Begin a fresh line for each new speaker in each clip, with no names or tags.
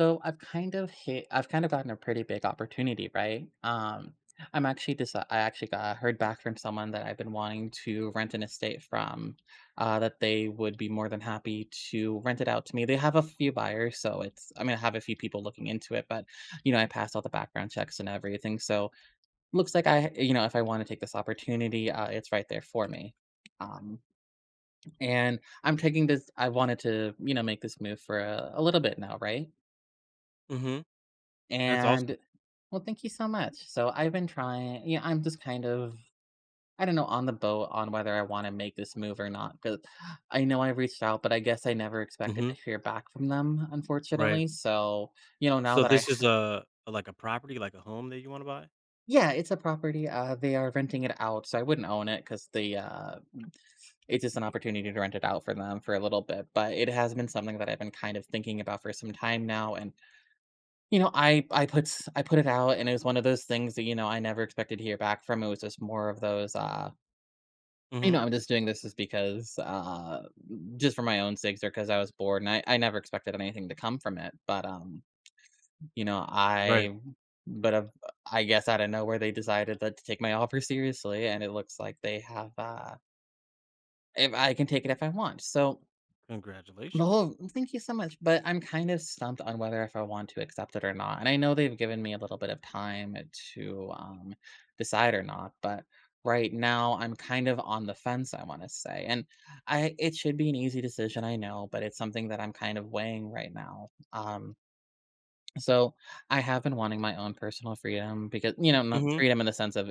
I've kind of gotten a pretty big opportunity, right? I actually got heard back from someone that I've been wanting to rent an estate from that they would be more than happy to rent it out to me. They have a few buyers, so it's I mean I have a few people looking into it, but you know, I passed all the background checks and everything. So looks like if I want to take this opportunity, it's right there for me. Um and I'm taking this I wanted to, you know, make this move for a little bit now, right?
Mhm. That's awesome.
And well, thank you so much. So I've been trying, yeah, I'm just kind of, I don't know, on the boat on whether I want to make this move or not. Because I know I reached out, but I guess I never expected
Mhm.
to hear back from them,
Right.
unfortunately. So, you know, now
So
that I,
this is a like a property, like a home that you wanna buy?
yeah, it's a property. They are renting it out. So I wouldn't own it because it's just an opportunity to rent it out for them for a little bit. But it has been something that I've been kind of thinking about for some time now. And you know, I put it out, and it was one of those things that, you know, I never expected to hear back from. It was just more of those, you
Mhm.
know, "I'm just doing this just because, just for my own sakes or because I was bored," and I never expected anything to come from it, but, you know,
Right.
I but, uh, I guess out of nowhere, they decided that to take my offer seriously, and it looks like they have, if I can take it if I want, so
Congratulations.
well, thank you so much, but I'm kind of stumped on whether if I want to accept it or not, and I know they've given me a little bit of time to, decide or not, but right now I'm kind of on the fence, I wanna say, and I it should be an easy decision, I know, but it's something that I'm kind of weighing right now, um, so I have been wanting my own personal freedom because you know, not
Mhm.
freedom in the sense of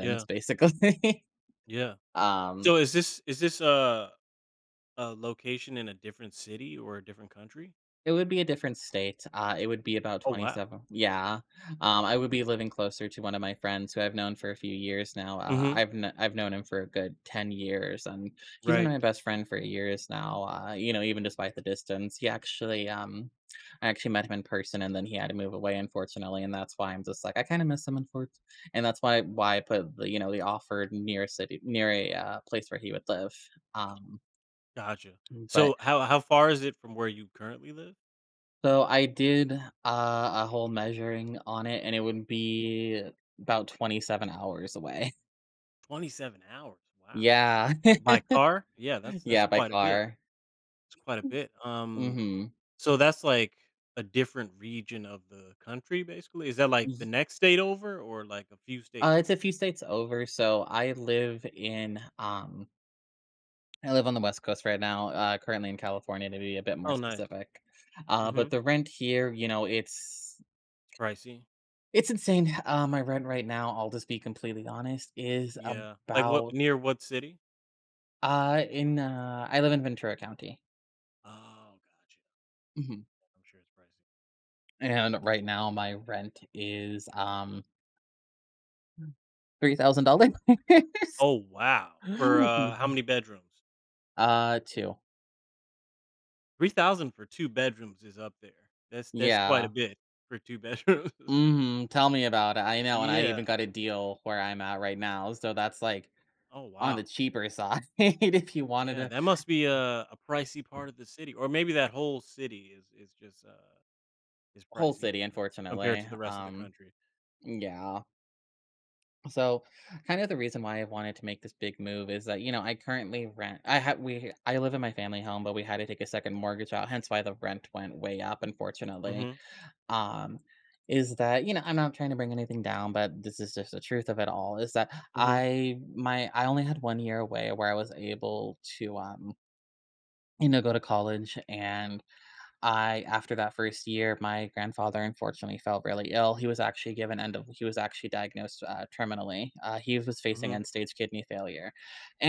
Yeah,
basically.
yeah.
um
So is this a location in a different city or a different country?
It would be a different state, it would be about
Oh, wow.
27. Yeah, I would be living closer to one of my friends who I've known for a few years now, uh,
Mhm.
I've kn I've known him for a good 10 years, and he's been
Right.
my best friend for years now, you know, even despite the distance. I actually met him in person, and then he had to move away, unfortunately, and that's why I'm just like, "I kinda miss him, unfor." And that's why I put the, you know, the offer near a city near a, place where he would live, um,
Gotcha.
but
So how far is it from where you currently live?
so I did, a whole measuring on it, and it would be about 27 hours away.
27 hours. Wow.
Yeah.
By car? Yeah, that's
Yeah, by
quite a bit.
car.
It's quite a bit.
Mhm.
So that's like a different region of the country, basically. Is that like the next state over, or like a few
Uh,
states
it's
over?
a few states over, so I live on the West Coast right now, currently in California, to be a bit more
Oh, nice.
specific. But
Mhm.
the rent here, you know,
It's pricey.
it's insane. My rent right now, I'll just be completely honest, is
Yeah. Like what?
about,
Near what city?
I live in Ventura County.
Oh, gotcha.
Mhm.
I'm sure it's pricey.
And right now my rent is, $3,000.
Oh wow.
Ye
For how many bedrooms?
2.
3,000 for 2 bedrooms is up there. That's quite a
Yeah.
bit for 2 bedrooms.
Mhm, tell me about it, I know, and I even
Yeah.
got a deal where I'm at right now, so that's, like,
Oh
on the
wow.
cheaper side. If you wanted
Yeah,
a
that must be a pricey part of the city, or maybe that whole city is is just is
whole
pricey in
city,
general compared to
unfortunately,
the rest of the country.
yeah. So, kind of the reason why I wanted to make this big move is that, you know, I currently rent I ha we I live in my family home, but we had to take a second mortgage out, hence why the rent went way up, unfortunately.
Mhm,
Um, is that, you know, I'm not trying to bring anything down, but this is just the truth of it all, is that
mhm,
I only had 1 year away where I was able to, you know, go to college, and I after that first year, my grandfather unfortunately fell really ill. He was actually diagnosed, terminally. He was facing
mhm.
end-stage kidney failure,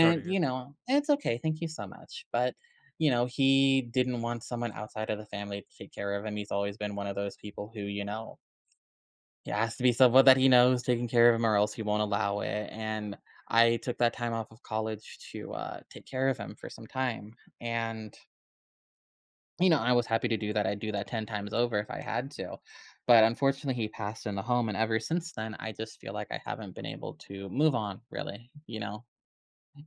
Sorry to hear.
you know, it's okay, thank you so much, but, you know, he didn't want someone outside of the family to take care of him. He's always been one of those people who, you know, it has to be someone that he knows taking care of him or else he won't allow it, and I took that time off of college to, take care of him for some time, and, you know, I was happy to do that, I'd do that 10 times over if I had to, but unfortunately, he passed in the home, and ever since then, I just feel like I haven't been able to move on, really, you know?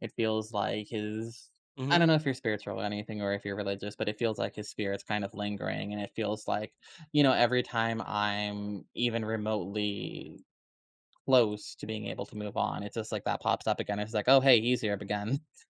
It feels like his I
Mhm.
don't know if you're spiritual or anything or if you're religious, but it feels like his spirit's kind of lingering, and it feels like, you know, every time I'm even remotely close to being able to move on. It's just like that pops up again. It's like, "Oh, hey, he's here again."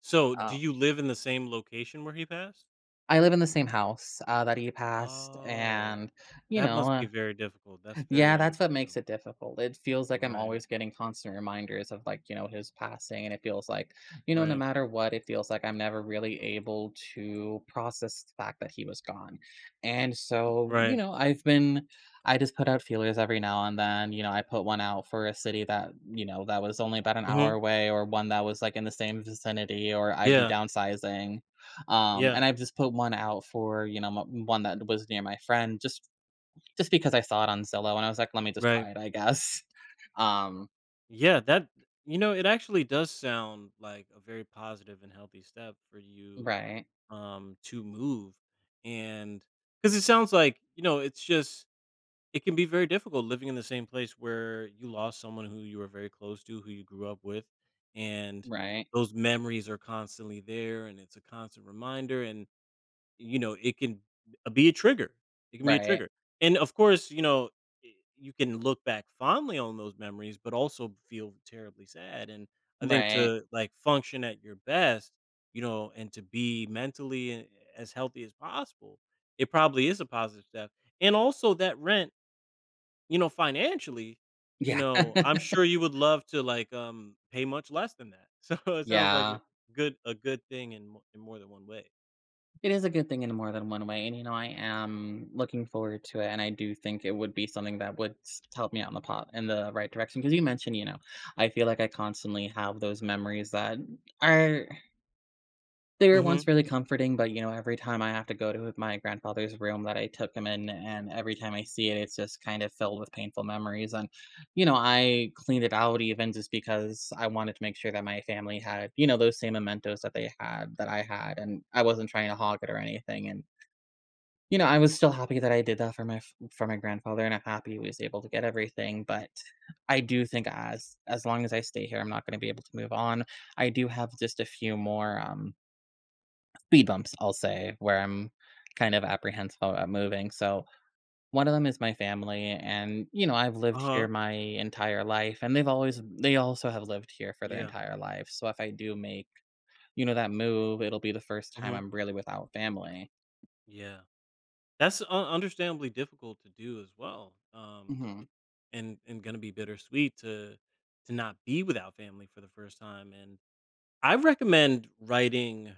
So, do
Oh.
you live in the same location where he passed?
I live in the same house, that he passed,
Oh,
and, you
that
know,
must be very difficult. That's very
yeah, that's what makes
understandable.
it difficult. It feels like I'm
Right,
always getting constant reminders of like, you know, his passing and it feels like, you know, no
right,
matter what, it feels like I'm never really able to process the fact that he was gone. And so, you
right.
know, I've been I just put out feelers every now and then. You know, I put one out for a city that, you know, that was only about an hour
Mhm.
away or one that was like in the same vicinity or I'd be
Yeah,
downsizing.
yeah,
And I've just put one out for, you know, one that was near my friend just because I saw it on Zillow and I was like, "Let me just
right.
try it, I guess." Um,
Yeah, that it actually does sound like a very positive and healthy step for you,
right,
to move, and because it sounds like, it's just it can be very difficult living in the same place where you lost someone who you were very close to, who you grew up with, and
right,
those memories are constantly there, and it's a constant reminder, and, it can be a trigger. It can be a
right,
trigger, and, of course, I you can look back fondly on those memories, but also feel terribly sad, and I think
right.
to, like, function at your best, and to be mentally as healthy as possible, it probably is a positive step, and also that rent, financially,
Yeah,
I'm sure you would love to, like, pay much less than that. So it sounds like
yeah.
a good thing in mo in more than one way.
It is a good thing in more than one way, and, you know, I am looking forward to it, and I do think it would be something that would s help me out in the pot in the right direction. Because you mentioned, you know, I feel like I constantly have those memories that are they were
Mhm.
once really comforting, but, you know, every time I have to go to my grandfather's room that I took him in, and every time I see it, it's just kind of filled with painful memories, and, you know, I cleaned it out even just because I wanted to make sure that my family had, you know, those same mementos that they had that I had, and I wasn't trying to hog it or anything, and, you know, I was still happy that I did that for my f for my grandfather, and I'm happy he was able to get everything, but I do think as long as I stay here, I'm not gonna be able to move on. I do have just a few more, speed bumps, I'll say, where I'm kind of apprehensive about moving. So one of them is my family, and you know I've lived here
Uh-huh.
my entire life, and they also have lived here for their
Yeah.
entire life. So if I do make you know that move, it'll be the first time
Mhm.
I'm really without family.
Yeah. That's un understandably difficult to do as well,
Hmm.
and gonna be bittersweet to not be without family for the first time, and I recommend writing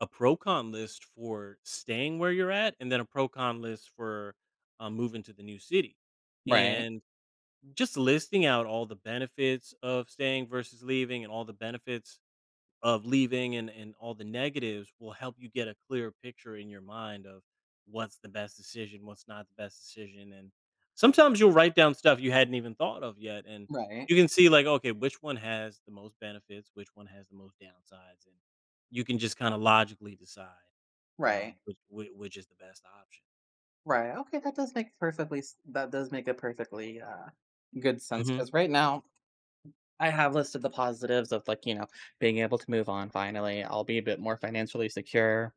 a pro-con list for staying where you're at, and then a pro-con list for, moving to the new city,
Right.
and just listing out all the benefits of staying versus leaving and all the benefits of leaving and all the negatives will help you get a clear picture in your mind of what's the best decision, what's not the best decision. And sometimes you'll write down stuff you hadn't even thought of yet. And
Right.
you can see, like, okay, which one has the most benefits, which one has the most downsides. And you can just kind
r-
of logically decide
Right.
which is the best option.
Right. Okay, that does make a perfectly good sense
Hmm.
cuz right now I have listed the positives of, like, you know, being able to move on finally. I'll be a bit more financially secure.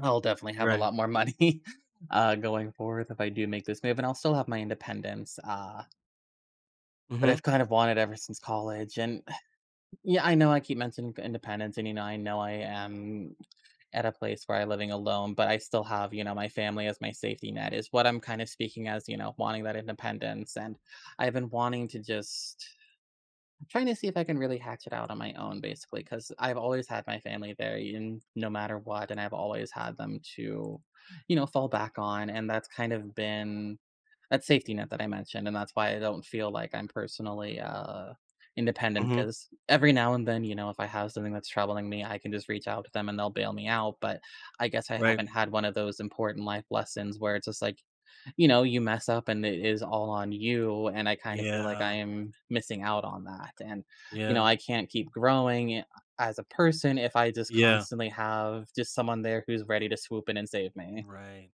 I'll definitely have a
Right.
lot more money, going forward if I do make this move, and I'll still have my independence, that
Hmm.
I've kind of wanted ever since college, and yeah, I know I keep mentioning independence, and, you know I am at a place where I'm living alone, but I still have, you know, my family as my safety net is what I'm kind of speaking as, you know, wanting that independence, and I've been wanting to just trying to see if I can really hatch it out on my own, basically, because I've always had my family there, and no matter what, and I've always had them to, you know, fall back on, and that's kind of been that safety net that I mentioned, and that's why I don't feel like I'm personally independent,
Hmm.
because every now and then, you know, if I have something that's troubling me, I can just reach out to them and they'll bail me out. But I guess I
Right.
haven't had one of those important life lessons where it's just like, you know, you mess up and it is all on you, and I kinda feel like I
Yeah.
am missing out on that, and, you know,
Yeah.
I can't keep growing a as a person if I just
Yeah,
constantly have just someone there who's ready to swoop in and save me.
right.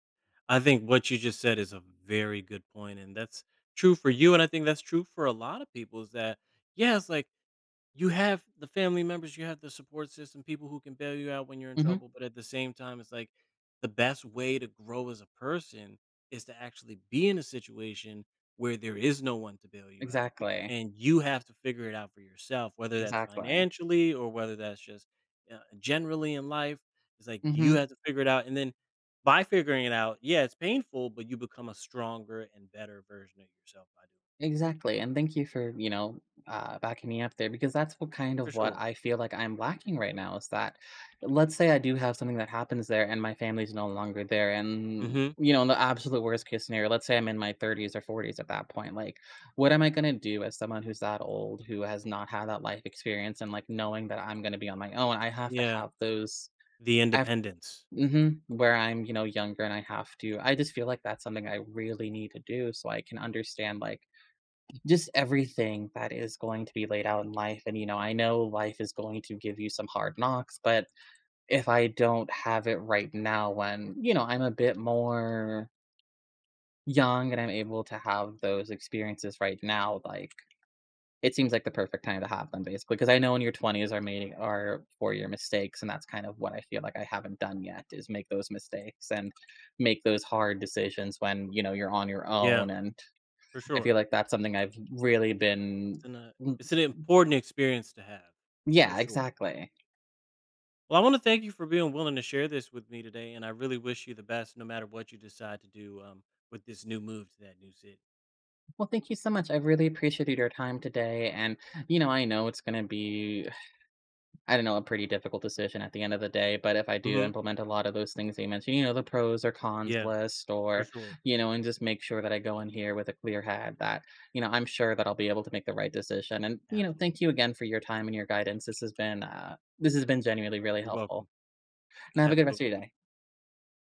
I think what you just said is a very good point, and that's true for you, and I think that's true for a lot of people. Is that yeah, it's like you have the family members, you have the support system, people who can bail you out when you're in
Mhm.
trouble, but at the same time, it's like the best way to grow as a person is to actually be in a situation where there is no one to bail you out
Exactly.
and you have to figure it out for yourself, whether that's
Exactly.
financially or whether that's just generally in life. It's like you have
Mhm.
to figure it out. And then by figuring it out, yeah, it's painful, but you become a stronger and better version of yourself by doing
Exactly, and thank you for, you know, backing me up there because that's what kind
it. For
of what
sure.
I feel like I'm lacking right now is that let's say I do have something that happens there and my family's no longer there and
Hmm.
you know, in the absolute worst case scenario, let's say I'm in my 30s or 40s at that point, like what am I going to do as someone who's that old who has not had that life experience and like knowing that I'm going to be on my own, I have to
Yeah.
have those
The
I have
independence.
hmm where I'm, you know, younger and I have to I just feel like that's something I really need to do so I can understand like just everything that is going to be laid out in life. And, you know, I know life is going to give you some hard knocks, but if I don't have it right now, when, you know, I'm a bit more young and I'm able to have those experiences right now, like it seems like the perfect time to have them basically. Because I know in your 20s are for your mistakes. And that's kind of what I feel like I haven't done yet is make those mistakes and make those hard decisions when, you know, you're on your
Yeah,
own. And
for
I feel
sure.
like that's something I've really been
It's an, uh, it's an important experience to have, for
yeah,
sure.
exactly.
Well, I want to thank you for being willing to share this with me today, and I really wish you the best no matter what you decide to do with this new move to that new city.
Well, thank you so much. I really appreciated your time today. And, you know, I know it's going to be, I don't know, a pretty difficult decision at the end of the day. But if I do
Hmm.
implement a lot of those things that you mentioned, you know, the pros or cons
Yeah,
list,
for
or,
sure.
you know, and just make sure that I go in here with a clear head that, you know, I'm sure that I'll be able to make the right decision. And, you know,
Absolutely.
thank you again for your time and your guidance. This has been genuinely really
You're
helpful.
welcome.
And have a
Have a
good
good
rest of your day.